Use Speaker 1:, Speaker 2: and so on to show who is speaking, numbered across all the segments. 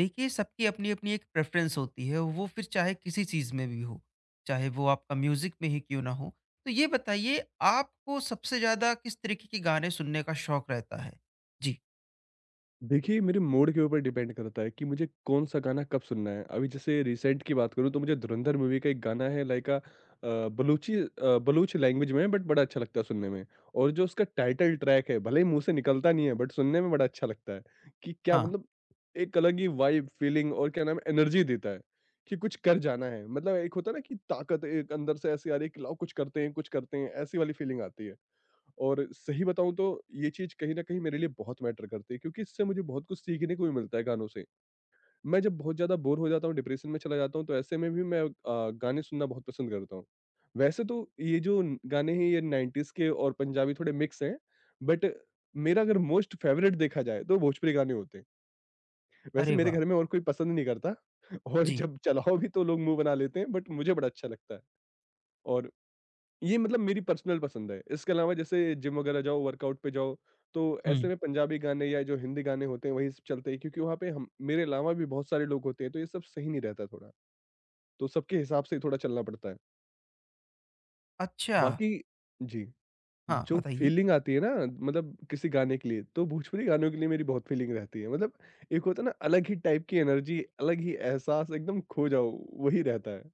Speaker 1: देखिए सबकी अपनी अपनी एक प्रेफरेंस होती है वो फिर चाहे किसी चीज़ में भी हो, चाहे वो आपका म्यूज़िक में ही क्यों ना हो। तो ये बताइए आपको सबसे ज़्यादा किस तरीके के गाने सुनने का शौक रहता है? जी,
Speaker 2: देखिए, मेरे मूड के ऊपर डिपेंड करता है कि मुझे कौन-सा गाना कब सुनना है। अभी जैसे रिसेंट की बात करूँ तो मुझे धुरंधर मूवी का एक गाना है बलूची बलूच लैंग्वेज में है बट बड़ा अच्छा लगता है सुनने में। और जो उसका टाइटल ट्रैक है, भले ही मुँह से निकलता नहीं है बट सुनने में बड़ा अच्छा लगता है कि क्या
Speaker 1: हाँ,
Speaker 2: मतलब, एक अलग ही वाइब, फीलिंग और क्या नाम है, एनर्जी देता है कि कुछ कर जाना है। मतलब एक होता है ना कि ताकत एक अंदर से ऐसी आ रही है कि लाओ कुछ करते हैं, ऐसी वाली फीलिंग आती है। और सही बताऊँ तो ये चीज़ कहीं न कहीं मेरे लिए बहुत मैटर करती है, क्योंकि इससे मुझे बहुत कुछ सीखने को भी मिलता है गानों से। मैं जब बहुत ज़्यादा बोर हो जाता हूँ, डिप्रेशन में चला जाता हूँ, तो ऐसे में भी मैं गाने सुनना बहुत पसंद करता हूँ। वैसे तो ये जो न गाने हैं, ये 90s के और पंजाबी थोड़े मिक्स हैं, बट मेरा अगर मोस्ट फ़ेवरेट देखा जाए तो भोजपुरी गाने होते हैं। वैसे
Speaker 1: अरे
Speaker 2: मेरे
Speaker 1: वाह!
Speaker 2: घर में और कोई पसंद नहीं करता। और
Speaker 1: जी,
Speaker 2: जब चलाओ भी तो लोग मुँह बना लेते हैं, बट मुझे बड़ा अच्छा लगता है, और ये मतलब मेरी पर्सनल पसंद है। इसके अलावा जैसे जिम वगैरह जाओ, वर्कआउट पे जाओ, तो ऐसे
Speaker 1: हुँ,
Speaker 2: में पंजाबी गाने या जो हिंदी गाने होते हैं वही सब चलते हैं, क्योंकि वहाँ पे हम, मेरे अलावा भी बहुत सारे लोग होते हैं, तो ये सब सही नहीं रहता थोड़ा। तो सबके हिसाब से ही थोड़ा चलना पड़ता है।
Speaker 1: अच्छा,
Speaker 2: बाकी जी,
Speaker 1: हाँ,
Speaker 2: जो
Speaker 1: बताइए।
Speaker 2: फ़ीलिंग आती है ना, मतलब किसी गाने के लिए, तो भोजपुरी गानों के लिए मेरी बहुत फ़ीलिंग रहती है। मतलब एक होता है ना, अलग ही टाइप की एनर्जी, अलग ही एहसास, एकदम खो जाओ, वही रहता है।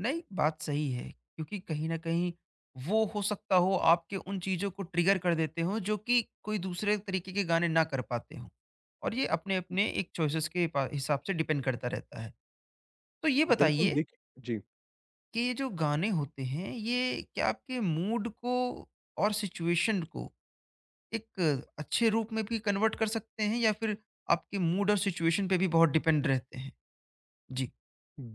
Speaker 1: नहीं, बात सही है क्योंकि कहीं न कहीं वो हो सकता हो आपके उन चीज़ों को ट्रिगर कर देते हों जो कि कोई दूसरे तरीके के गाने ना कर पाते हों और ये अपने-अपने एक चॉइसेस के पा हिसाब से डिपेंड करता रहता है। तो ये
Speaker 2: बिल्कुल
Speaker 1: बताइए
Speaker 2: देखिए, जी।
Speaker 1: कि ये जो गाने होते हैं ये क्या आपके मूड को और सिचुएशन को एक अच्छे रूप में भी कन्वर्ट कर सकते हैं या फिर आपके मूड और सिचुएशन पे भी बहुत डिपेंड रहते हैं? जी।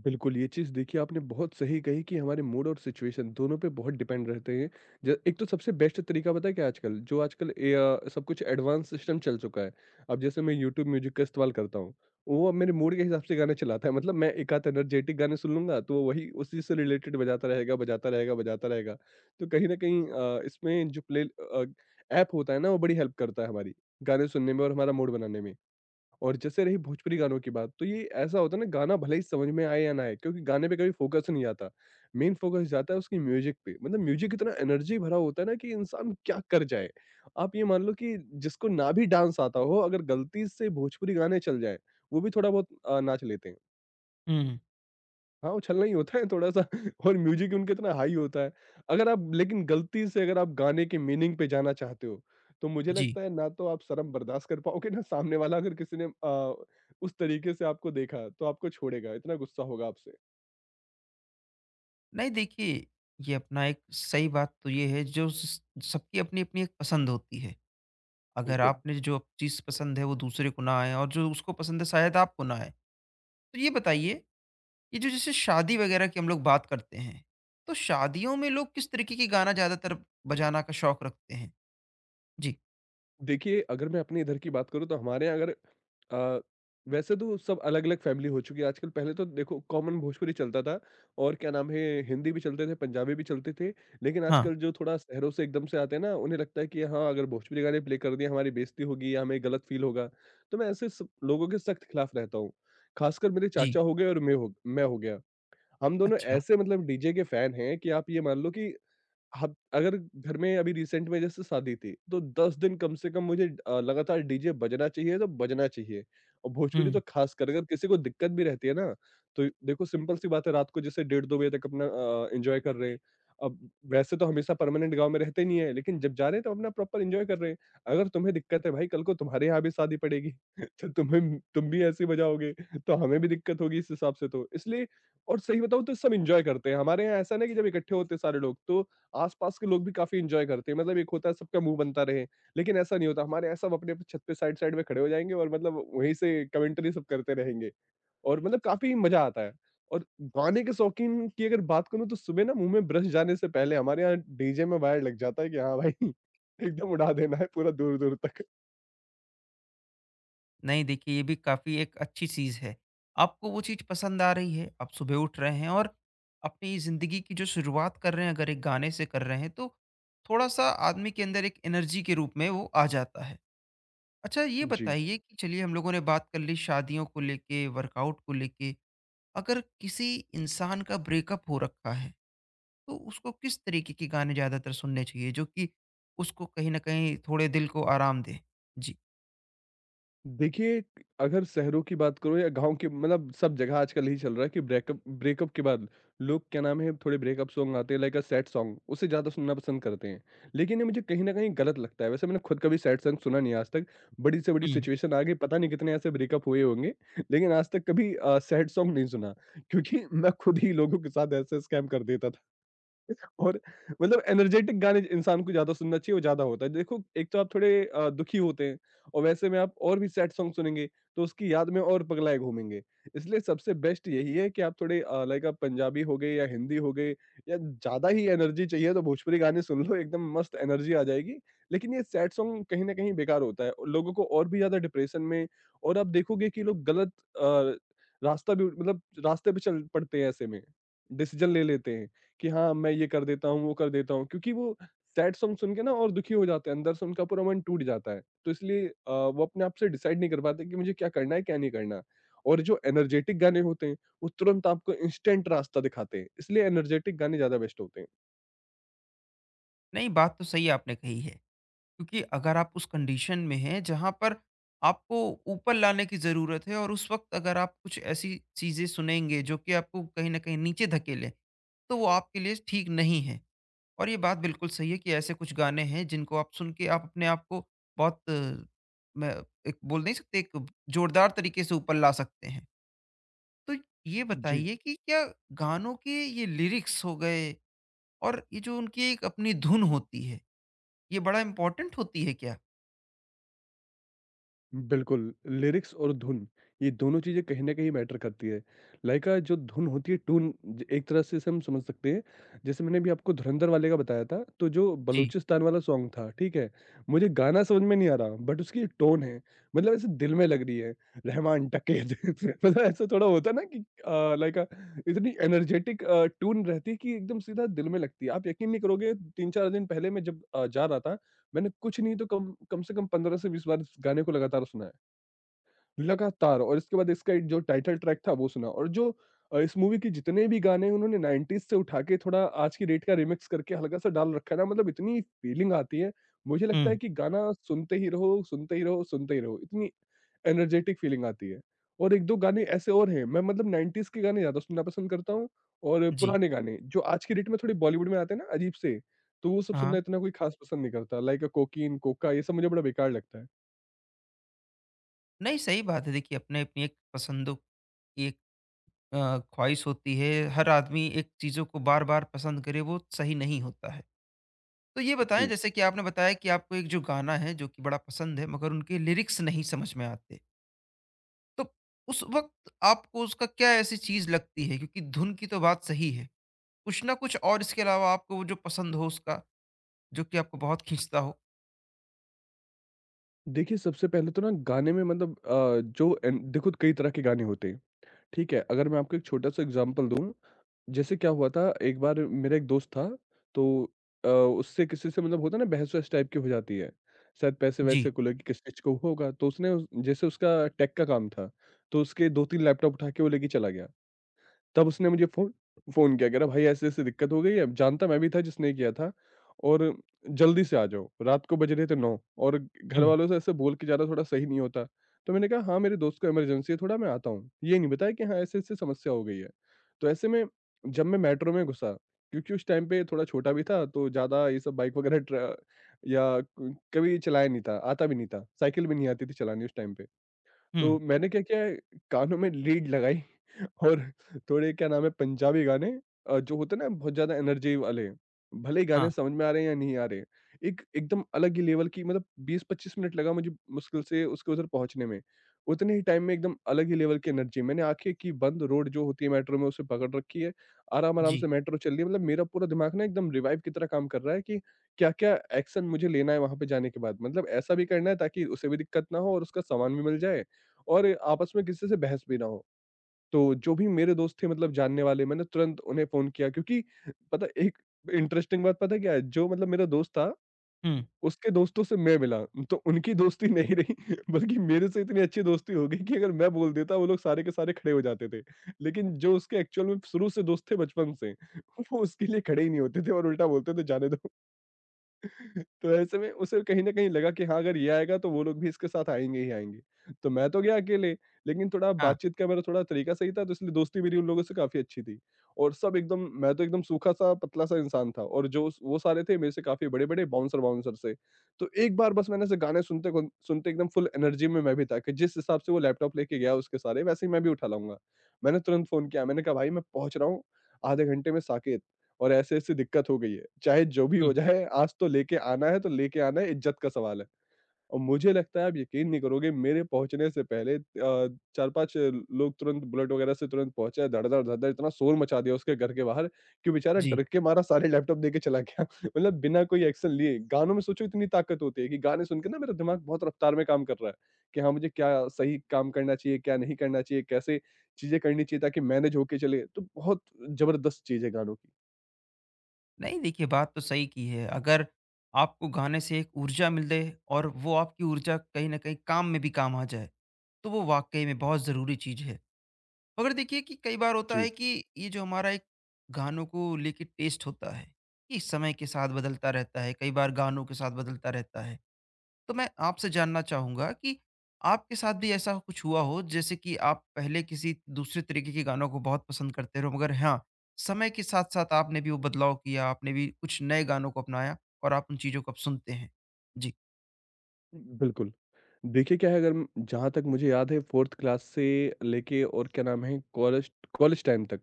Speaker 2: बिल्कुल, ये चीज़ देखिए आपने बहुत सही कही कि हमारे मूड और सिचुएशन दोनों पे बहुत डिपेंड रहते हैं। ज एक तो सबसे बेस्ट तरीका पता है क्या है आजकल? जो आजकल, सब कुछ एडवांस सिस्टम चल चुका है। अब जैसे मैं यूट्यूब म्यूज़िक का इस्तेमाल करता हूँ, वो अब मेरे मूड के हिसाब से गाने चलाता है। मतलब मैं एक आध एनर्जेटिक गाने सुन लूँगा, तो वो वही उसी से रिलेटेड बजाता रहेगा, बजाता रहेगा, बजाता रहेगा। तो कहीं न कहीं इसमें जो प्ले ऐप होता है ना, वो बड़ी हेल्प करता है हमारी, गाने सुनने में और हमारा मूड बनाने में। और जैसे रही भोजपुरी गानों की बात, तो ये ऐसा होता है ना, गाना भले ही समझ में आए या ना आए, क्योंकि गाने पे कभी फ़ोकस नहीं जाता। मेन फ़ोकस जाता है उसकी म्यूज़िक पे, मतलब म्यूज़िक इतना एनर्जी भरा होता है ना कि इंसान क्या कर जाए। आप ये मान लो कि जिसको ना भी डांस आता हो, अगर गलती से भोजपुरी गाने चल जाएँ, वो भी थोड़ा बहुत नाच लेते हैं।
Speaker 1: हुँ।
Speaker 2: हाँ, उछलना ही होता है थोड़ा-सा। और म्यूज़िक उनका इतना हाई होता है। अगर आप लेकिन गलती से अगर आप गाने के मीनिंग पे जाना चाहते हो, तो मुझे
Speaker 1: जी।
Speaker 2: लगता है ना तो आप शर्म बर्दाश्त कर पाओगे, ना सामने वाला, अगर किसी ने उस तरीके से आपको देखा, तो आपको छोड़ेगा, इतना गुस्सा होगा आपसे।
Speaker 1: नहीं देखिए, ये अपना एक सही बात तो ये है जो स सबकी अपनी-अपनी एक पसंद होती है। अगर
Speaker 2: बिल्कुल।
Speaker 1: आपने जो चीज़ पसंद है वो दूसरे को ना आए और जो उसको पसंद है शायद आपको ना आए। तो ये बताइए ये जो जैसे शादी वगैरह की हम लोग बात करते हैं, तो शादियों में लोग किस तरीके के गाना ज़्यादातर बजाना का शौक रखते हैं? जी।
Speaker 2: देखिए, अगर मैं अपने इधर की बात करूँ तो हमारे यहाँ अगर अ, वैसे तो सब अलग-अलग फैमिली हो चुकी है आजकल। पहले तो देखो कॉमन भोजपुरी चलता था, और क्या नाम है, हिंदी भी चलते थे, पंजाबी भी चलते थे। लेकिन
Speaker 1: हाँ,
Speaker 2: आजकल जो थोड़ा शहरों से एकदम से आते हैं ना, उन्हें लगता है कि हाँ, अगर भोजपुरी गाने प्ले कर दिए हमारी बेइज़्ज़ती होगी या हमें गलत फ़ील होगा। तो मैं ऐसे सब लोगों के सख्त खिलाफ रहता हूँ। ख़ासकर मेरे
Speaker 1: जी।
Speaker 2: चाचा हो गए और मैं हो गया। हम दोनों
Speaker 1: अच्छा।
Speaker 2: ऐसे मतलब डीजे के फैन हैं कि आप ये मान लो कि हब अगर घर में अभी रिसेंट में जैसे शादी थी, तो 10 दिन कम से कम मुझे लगातार डीजे बजना चाहिए तो बजना चाहिए। और भोजपुरी
Speaker 1: हुँ।
Speaker 2: तो खासकर, अगर किसी को दिक्कत भी रहती है ना, तो देखो सिंपल सी बात है, रात को जैसे डेढ़ 2 बजे तक अपना एन्जॉय कर रहे हैं। अब, वैसे तो हमेशा परमानेंट गाँव में रहते नहीं है, लेकिन जब जा रहे हैं तो अपना प्रॉपर एन्जॉय कर रहे हैं। अगर तुम्हें दिक्कत है भाई, कल को तुम्हारे यहाँ भी शादी पड़ेगी तो तुम भी ऐसे ही बजाओगे, तो हमें भी दिक्कत होगी इस हिसाब से तो। इसलिए, और सही बताऊँ तो सब एन्जॉय करते हैं। हमारे यहाँ ऐसा नहीं है, कि जब इकट्ठे होते हैं सारे लोग, तो आसपास के लोग भी काफ़ी एन्जॉय करते हैं। मतलब एक होता है सबका मुँह बनता रहे, लेकिन ऐसा नहीं होता हमारे यहाँ। सब अपने-अपने छत पे साइड-साइड में खड़े हो जाएँगे और मतलब वहीं से कमेंटरी सब करते रहेंगे, और मतलब काफ़ी मज़ा आता है। और गाने के शौकीन की अगर बात करूँ, तो सुबह ना मुँह में ब्रश जाने से पहले हमारे यहाँ डीजे में वायर लग जाता है कि हाँ भाई, एकदम उड़ा देना है पूरा दूर-दूर तक।
Speaker 1: नहीं देखिए, ये भी काफ़ी एक अच्छी चीज़ है। आपको वो चीज़ पसंद आ रही है, आप सुबह उठ रहे हैं और अपनी ज़िंदगी की जो शुरुआत कर रहे हैं अगर एक गाने से कर रहे हैं तो थोड़ा-सा आदमी के अंदर एक एनर्जी के रूप में वो आ जाता है। अच्छा ये
Speaker 2: जी।
Speaker 1: बताइए कि चलिए हम लोगों ने बात कर ली शादियों को लेके, वर्कआउट को लेके। अगर किसी इंसान का ब्रेकअप हो रखा है, तो उसको किस तरीके के गाने ज़्यादातर सुनने चाहिए जो कि उसको कहीं न कहीं थोड़े दिल को आराम दें? जी।
Speaker 2: देखिए, अगर शहरों की बात करो या गाँव की, मतलब सब जगह आजकल यही चल रहा है कि ब्रेकअप, ब्रेकअप के बाद लोग, क्या नाम है, थोड़े ब्रेकअप सॉन्ग आते हैं लाइक अ सैड सॉन्ग, उसे ज़्यादा सुनना पसंद करते हैं। लेकिन ये मुझे कहीं न कहीं गलत लगता है। वैसे मैंने खुद कभी सैड सॉन्ग सुना नहीं है आज तक। बड़ी से बड़ी
Speaker 1: हुँ।
Speaker 2: सिचुएशन आ गई, पता नहीं कितने ऐसे ब्रेकअप हुए होंगे, लेकिन आज तक कभी सैड सॉन्ग नहीं सुना, क्योंकि मैं खुद ही लोगों के साथ ऐसे स्कैम कर देता था। और मतलब एनर्जेटिक गाने इंसान को ज़्यादा सुनना चाहिए, वो ज़्यादा होता है। देखो, एक तो आप थोड़े दुखी होते हैं, और वैसे में आप और भी सैड सॉन्ग सुनेंगे, तो उसकी याद में और पगलाए घूमेंगे। इसलिए सबसे बेस्ट यही है कि आप थोड़े लाइक, आप पंजाबी हो गए या हिंदी हो गए, या ज़्यादा ही एनर्जी चाहिए तो भोजपुरी गाने सुन लो, एकदम मस्त एनर्जी आ जाएगी। लेकिन ये सैड सॉन्ग कहीं न कहीं बेकार होता है, और लोगों को और भी ज़्यादा डिप्रेशन में, और आप देखोगे कि लोग गलत अ, रास्ता भी, मतलब रास्ते पे चल पड़ते हैं ऐसे में, डिसीज़न ले लेते हैं। कि हाँ, मैं ये कर देता हूँ, वो कर देता हूँ। क्योंकि वो सैड सॉन्ग सुन के ना और दुखी हो जाते हैं, अंदर से उनका पूरा मन टूट जाता है। तो इसलिए वो अपने आप से डिसाइड नहीं कर पाते कि मुझे क्या करना है, क्या नहीं करना। और जो एनर्जेटिक गाने होते हैं, वो तुरंत आपको इंस्टेंट रास्ता दिखाते हैं। इसलिए एनर्जेटिक गाने ज़्यादा बेस्ट होते हैं।
Speaker 1: नहीं, बात तो सही आपने कही है, क्योंकि अगर आप उस कंडीशन में हैं जहाँ पर आपको ऊपर लाने की ज़रूरत है और उस वक़्त अगर आप कुछ ऐसी चीज़ें सुनेंगे जो कि आपको कहीं न कहीं नीचे धकेलें, तो वो आपके लिए ठीक नहीं है। और ये बात बिल्कुल सही है कि ऐसे कुछ गाने हैं जिनको आप सुन के आप अपने आप को बहुत मैं एक बोल नहीं सकते एक जोरदार तरीके से ऊपर ला सकते हैं। तो ये
Speaker 2: जी।
Speaker 1: बताइए कि क्या गानों के ये लिरिक्स हो गए और ये जो उनकी एक अपनी धुन होती है, ये बड़ा इम्पोर्टेंट होती है क्या?
Speaker 2: बिल्कुल, लिरिक्स और धुन, ये दोनों चीज़ें कहीं न कहीं मैटर करती है। जो धुन होती है, टून, ज एक तरह से इसे हम समझ सकते हैं। जैसे मैंने अभी आपको धुरंधर वाले का बताया था, तो जो
Speaker 1: जी।
Speaker 2: बलूचिस्तान वाला सॉन्ग था, ठीक है? मुझे गाना समझ में नहीं आ रहा, बट उसकी टोन है, मतलब ऐसे दिल में लग रही है, रहमान डकैत। मतलब ऐसा थोड़ा होता है ना कि इतनी एनर्जेटिक टून रहती है कि एकदम सीधा दिल में लगती है। आप यकीन नहीं करोगे, 3-4 दिन पहले मैं जब जा रहा था, मैंने कुछ नहीं तो कम कम से कम 15 से 20 बार इस गाने को लगातार सुना, लगातार। और इसके बाद इसका एक जो टाइटल ट्रैक था वो सुना, और जो इस मूवी के जितने भी गाने हैं, उन्होंने 90s से उठा के थोड़ा आज की डेट का रिमिक्स करके हल्का सा डाल रखा है ना, मतलब इतनी फीलिंग आती है, मुझे लगता है
Speaker 1: हुँ,
Speaker 2: कि गाना सुनते ही रहो, सुनते ही रहो, सुनते ही रहो, इतनी एनर्जेटिक फीलिंग आती है। और एक दो गाने ऐसे और हैं, मैं मतलब 90s के गाने ज्यादा सुनना पसंद करता हूँ, और
Speaker 1: जी।
Speaker 2: पुराने गाने जो आज की डेट में थोड़े बॉलीवुड में आते हैं ना अजीब से, तो वो सब
Speaker 1: हाँ।
Speaker 2: सुनना इतना कोई खास पसंद नहीं करता, लाइक कोकीन कोका, ये सब मुझे बड़ा बेकार लगता है।
Speaker 1: नहीं, सही बात है। देखिए, अपने अपनी एक पसंदों की एक ख्वाहिश होती है। हर आदमी एक चीज़ों को बार-बार पसंद करे वो सही नहीं होता है। तो ये बताएँ
Speaker 2: जी।
Speaker 1: जैसे कि आपने बताया कि आपको एक जो गाना है जो कि बड़ा पसंद है मगर उनके लिरिक्स नहीं समझ में आते। तो उस वक़्त आपको उसका क्या ऐसी चीज़ लगती है? क्योंकि धुन की तो बात सही है। कुछ ना कुछ और इसके अलावा आपको वो जो पसंद हो उसका जो कि आपको बहुत खींचता हो?
Speaker 2: देखिए, सबसे पहले तो ना गाने में मतलब जो एन देखो कई तरह के गाने होते हैं, ठीक है? अगर मैं आपको एक छोटा-सा एग्ज़ाम्पल दूँ, जैसे क्या हुआ था एक बार मेरा एक दोस्त था। तो उससे किसी से मतलब होता है ना, बहस वहस टाइप की हो जाती है, शायद
Speaker 1: जी।
Speaker 2: पैसे-वैसे को लेके किस चीज़ को होगा। तो उसने उस जैसे उसका टेक का काम था, तो उसके 2-3 लैपटॉप उठा के वो लेके चला गया। तब उसने मुझे फ़ोन फ़ोन किया, कह रहा भाई ऐसे-ऐसे दिक्कत हो गई है, जानता मैं भी था जिसने किया था और जल्दी से आ जाओ। रात को बज रहे थे 9 और घर
Speaker 1: हुँ,
Speaker 2: वालों से ऐसे बोल के जाना थोड़ा सही नहीं होता। तो मैंने कहा हाँ, मेरे दोस्त को इमरजेंसी है, थोड़ा मैं आता हूँ। ये नहीं बताया कि हाँ, ऐसे-ऐसे समस्या हो गई है। तो ऐसे में जब मैं मेट्रो में घुसा, क्योंकि उस टाइम पे थोड़ा छोटा भी था, तो ज़्यादा ये सब बाइक वगैरह ट्र या क कभी चलाया नहीं था, आता भी नहीं था, साइकिल भी नहीं आती थी चलानी उस टाइम पे।
Speaker 1: हुँ,
Speaker 2: तो मैंने क्या किया, कानों में लीड लगाई और थोड़े क्या नाम है पंजाबी गाने, जो होते हैं ना बहुत ज़्यादा एनर्जी वाले, भले ही गाने
Speaker 1: हाँ,
Speaker 2: समझ में आ रहे हैं या नहीं आ रहे, एक एकदम अलग ही लेवल की मतलब। 20-25 मिनट लगा मुझे मुश्किल से उसके उधर पहुँचने में। उतने ही टाइम में एकदम अलग ही लेवल की एनर्जी, मैंने आँखें की बंद, रोड जो होती है मेट्रो में उसे पकड़ रखी है, आराम-आराम
Speaker 1: जी,
Speaker 2: से मेट्रो चल रही है, मतलब मेरा पूरा दिमाग ना एकदम रिवाइव की तरह काम कर रहा है कि क्या-क्या एक्शन मुझे लेना है वहाँ पे जाने के बाद, मतलब ऐसा भी करना है ताकि उसे भी दिक्कत ना हो और उसका सामान भी मिल जाए और आपस में किसी से बहस भी ना हो। तो जो भी मेरे दोस्त थे मतलब जानने वाले, मैंने तुरंत उन्हें फ़ोन किया, क्योंकि पता एक इंटरेस्टिंग बात पता है क्या है? जो मतलब मेरा दोस्त था,
Speaker 1: हुँ,
Speaker 2: उसके दोस्तों से मैं मिला, तो उनकी दोस्ती नहीं रही बल्कि मेरे से इतनी अच्छी दोस्ती हो गई कि अगर मैं बोल देता वो लोग सारे के सारे खड़े हो जाते थे। लेकिन जो उसके एक्चुअल में शुरू से दोस्त थे बचपन से, वो उसके लिए खड़े ही नहीं होते थे और उल्टा बोलते थे जाने दो। तो ऐसे में उसे कहीं न कहीं लगा कि हाँ, अगर ये आएगा तो वो लोग भी इसके साथ आएँगे ही आएँगे। तो मैं तो गया अकेले, लेकिन थोड़ा
Speaker 1: हाँ,
Speaker 2: बातचीत का मेरा थोड़ा तरीका सही था, तो इसलिए दोस्ती मेरी उन लोगों से काफ़ी अच्छी थी। और सब एकदम, मैं तो एकदम सूखा-सा, पतला-सा इंसान था और जो स वो सारे थे मेरे से काफ़ी बड़े-बड़े बाउंसर-वाउंसर से। तो एक बार बस मैंने ऐसे गाने सुनते गुन सुनते, एकदम फुल एनर्जी में मैं भी था कि जिस हिसाब से वो लैपटॉप लेके गया उसके, सारे वैसे ही मैं भी उठा लाऊँगा। मैंने तुरंत फ़ोन किया, मैंने कहा भाई मैं पहुँच रहा हूँ आधे घंटे में, साकेत। और ऐसे-ऐसे दिक्कत हो गई है। चाहे जो भी हो
Speaker 1: हुँ,
Speaker 2: जाए, आज तो लेके आना है तो लेके आना है, इज़्ज़त का सवाल है। और मुझे लगता है आप यकीन नहीं करोगे, मेरे पहुँचने से पहले 4-5 लोग तुरंत बुलेट वगैरह से तुरंत पहुँचे, धड़-धड़, धड़-धड़ इतना शोर मचा दिया उसके घर के बाहर कि बेचारा
Speaker 1: जी।
Speaker 2: डर के मारा सारे लैपटॉप देके चला गया। मतलब बिना कोई एक्शन लिए। गानों में सोचो इतनी ताकत होती है कि गाने सुन के ना मेरा दिमाग बहुत रफ्तार में काम कर रहा है कि हाँ, मुझे क्या सही काम करना चाहिए, क्या नहीं करना चाहिए, कैसे चीज़ें करनी चाहिए ताकि मैनेज होके चले। तो बहुत ज़बरदस्त चीज़ है गानों की।
Speaker 1: नहीं देखिए बात तो सही की है। अगर आपको गाने से एक ऊर्जा मिल जाए और वो आपकी ऊर्जा कहीं न कहीं काम में भी काम आ जाए, तो वो वाक़ई में बहुत ज़रूरी चीज़ है। मगर देखिए कि कई बार होता
Speaker 2: जी।
Speaker 1: है कि ये जो हमारा एक गानों को लेके टेस्ट होता है, ये समय के साथ बदलता रहता है, कई बार गानों के साथ बदलता रहता है। तो मैं आपसे जानना चाहूँगा कि आपके साथ भी ऐसा कुछ हुआ हो जैसे कि आप पहले किसी दूसरे तरीके के गानों को बहुत पसंद करते रहो मगर हाँ, समय के साथ-साथ आपने भी वो बदलाव किया, आपने भी कुछ नए गानों को अपनाया और आप उन चीज़ों को अब सुनते हैं? जी।
Speaker 2: बिल्कुल। देखिए क्या है, अगर म जहाँ तक मुझे याद है, 4th क्लास से लेके और क्या नाम है कॉलेज कॉलेज टाइम तक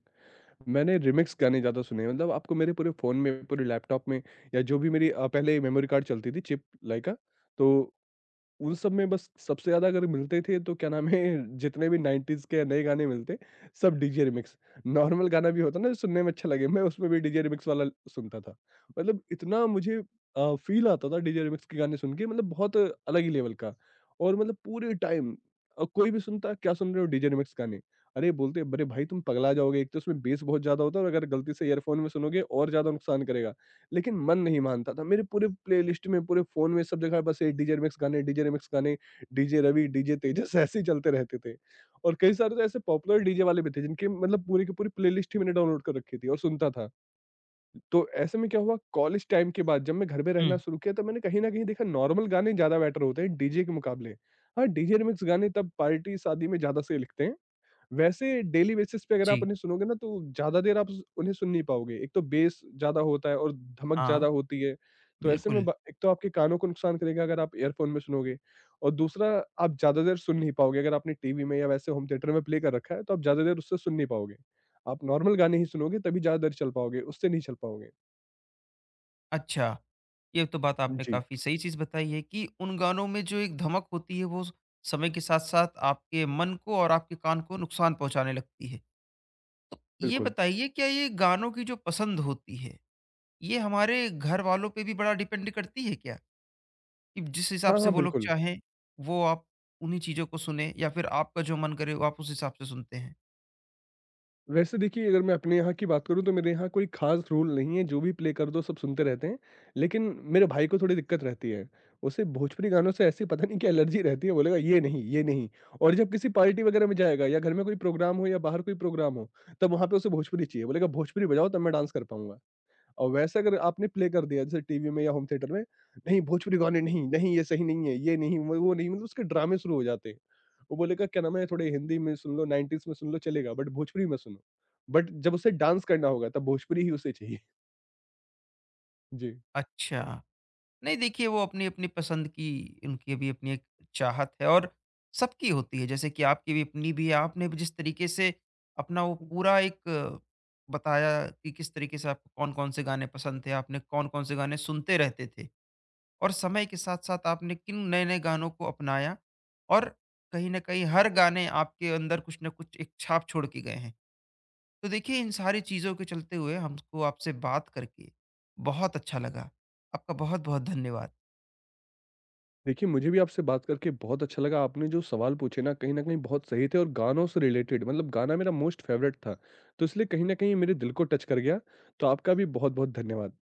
Speaker 2: मैंने रीमिक्स गाने ज़्यादा सुने हैं। मतलब आपको मेरे पूरे फ़ोन में, पूरे लैपटॉप में या जो भी मेरी, पहले मेमोरी कार्ड चलती थी चिप लाइका, तो उन सब में बस सबसे ज़्यादा अगर मिलते थे, तो क्या नाम है, जितने भी 90s के नए गाने मिलते, सब डीजे रिमिक्स। नॉर्मल गाना भी होता ना जो सुनने में अच्छा लगे, मैं उसमें भी डीजे रिमिक्स वाला सुनता था। मतलब इतना मुझे फ़ील आता था डीजे रिमिक्स के गाने सुन के, मतलब बहुत अलग ही लेवल का। और मतलब पूरे टाइम, कोई भी सुनता, क्या सुन रहे हो, डीजे रिमिक्स गाने। अरे बोलते अरे भाई तुम पगला जाओगे, एक तो उसमें बेस बहुत ज़्यादा होता है और अगर गलती से ईयरफ़ोन में सुनोगे और ज़्यादा नुकसान करेगा। लेकिन मन नहीं मानता था। मेरे पूरे प्लेलिस्ट में, पूरे फ़ोन में, सब जगह बस ये डीजे रिमिक्स गाने, डीजे रिमिक्स गाने, डीजे रवि, डीजे तेजस ऐसे ही चलते रहते थे। और कई सारे तो ऐसे पॉपुलर डीजे वाले भी थे, जिनकी मतलब पूरी की पूरी प्लेलिस्ट ही मैंने डाउनलोड कर रखी थी और सुनता था। तो ऐसे में क्या हुआ, कॉलेज टाइम के बाद जब मैं घर में रहना
Speaker 1: हुँ।
Speaker 2: शुरू किया, तब मैंने कहीं न कहीं देखा, नॉर्मल गाने ज़्यादा बेटर होते हैं डीजे के मुकाबले। हाँ, डीजे रिमिक्स गाने तब पार्टी, शादी में ज़्यादा सही लगते हैं। वैसे डेली बेसिस पे अगर आप
Speaker 1: जी।
Speaker 2: उन्हें सुनोगे ना, तो ज़्यादा देर आप स उन्हें सुन नहीं पाओगे। एक तो बेस ज़्यादा होता है और धमक
Speaker 1: हाँ,
Speaker 2: ज़्यादा होती है। तो ऐसे में
Speaker 1: बिल्कुल।
Speaker 2: ब एक तो आपके कानों को नुकसान करेगा अगर आप ईयरफ़ोन में सुनोगे, और दूसरा आप ज़्यादा देर सुन नहीं पाओगे। अगर आपने टीवी में या वैसे होम थिएटर में प्ले कर रखा है, तो आप ज़्यादा देर उससे सुन नहीं पाओगे। आप नॉर्मल गाने ही सुनोगे तभी ज़्यादा देर चल पाओगे, उससे नहीं चल पाओगे।
Speaker 1: अच्छा, ये तो बात आपने
Speaker 2: जी,
Speaker 1: काफ़ी सही चीज़ बताई है कि उन गानों में जो एक धमक होती है वो समय के साथ-साथ आपके मन को और आपके कान को नुकसान पहुँचाने लगती है। तो ये
Speaker 2: बिल्कुल।
Speaker 1: बताइए क्या ये गानों की जो पसंद होती है, ये हमारे घर वालों पे भी बड़ा डिपेंड करती है क्या? कि जिस हिसाब
Speaker 2: हाँ,
Speaker 1: से
Speaker 2: हाँ,
Speaker 1: वो लोग
Speaker 2: बिल्कुल।
Speaker 1: चाहें, वो आप उन्हीं चीज़ों को सुनें या फिर आपका जो मन करे वो आप उस हिसाब से सुनते हैं?
Speaker 2: वैसे देखिए, अगर मैं अपने यहाँ की बात करूँ तो मेरे यहाँ कोई ख़ास रूल नहीं है, जो भी प्ले कर दो सब सुनते रहते हैं। लेकिन मेरे भाई को थोड़ी दिक्कत रहती है, उसे भोजपुरी गानों से ऐसी पता नहीं क्या एलर्जी रहती है, बोलेगा ये नहीं, ये नहीं। और जब किसी पार्टी वगैरह में जाएगा या घर में कोई प्रोग्राम हो या बाहर कोई प्रोग्राम हो, तब वहाँ पे उसे भोजपुरी चाहिए, बोलेगा भोजपुरी बजाओ तब मैं डांस कर पाऊँगा। और वैसे अगर आपने प्ले कर दिया जैसे टीवी में या होम थिएटर में, नहीं भोजपुरी गाने नहीं, नहीं ये सही नहीं है, ये नहीं, वो नहीं, मतलब उसके ड्रामे शुरू हो जाते हैं। वो बोलेगा क्या नाम है, थोड़े हिंदी में सुन लो, 90s में सुन लो चलेगा बट भोजपुरी मत सुनो। बट जब उसे डांस करना होगा तब भोजपुरी ही उसे चाहिए। जी।
Speaker 1: अच्छा। नहीं देखिए वो अपनी-अपनी पसंद की उनकी भी अपनी एक चाहत है और सबकी होती है जैसे कि आपकी भी अपनी भी है। आपने भी जिस तरीके से अपना वो पूरा एक बताया कि किस तरीके से आपको कौन-कौन से गाने पसंद थे, आपने कौन-कौन से गाने सुनते रहते थे और समय के साथ-साथ आपने किन नए-नए गानों को अपनाया और कहीं न कहीं हर गाने आपके अंदर कुछ न कुछ एक छाप छोड़ के गए हैं। तो देखिए इन सारी चीज़ों के चलते हुए हमको आपसे बात करके बहुत अच्छा लगा। आपका बहुत-बहुत धन्यवाद।
Speaker 2: देखिए मुझे भी आपसे बात करके बहुत अच्छा लगा। आपने जो सवाल पूछे ना कहीं न कहीं बहुत सही थे और गानों से रिलेटेड, मतलब गाना मेरा मोस्ट फेवरेट था। तो इसलिए कहीं न कहीं मेरे दिल को टच कर गया। तो आपका भी बहुत-बहुत धन्यवाद।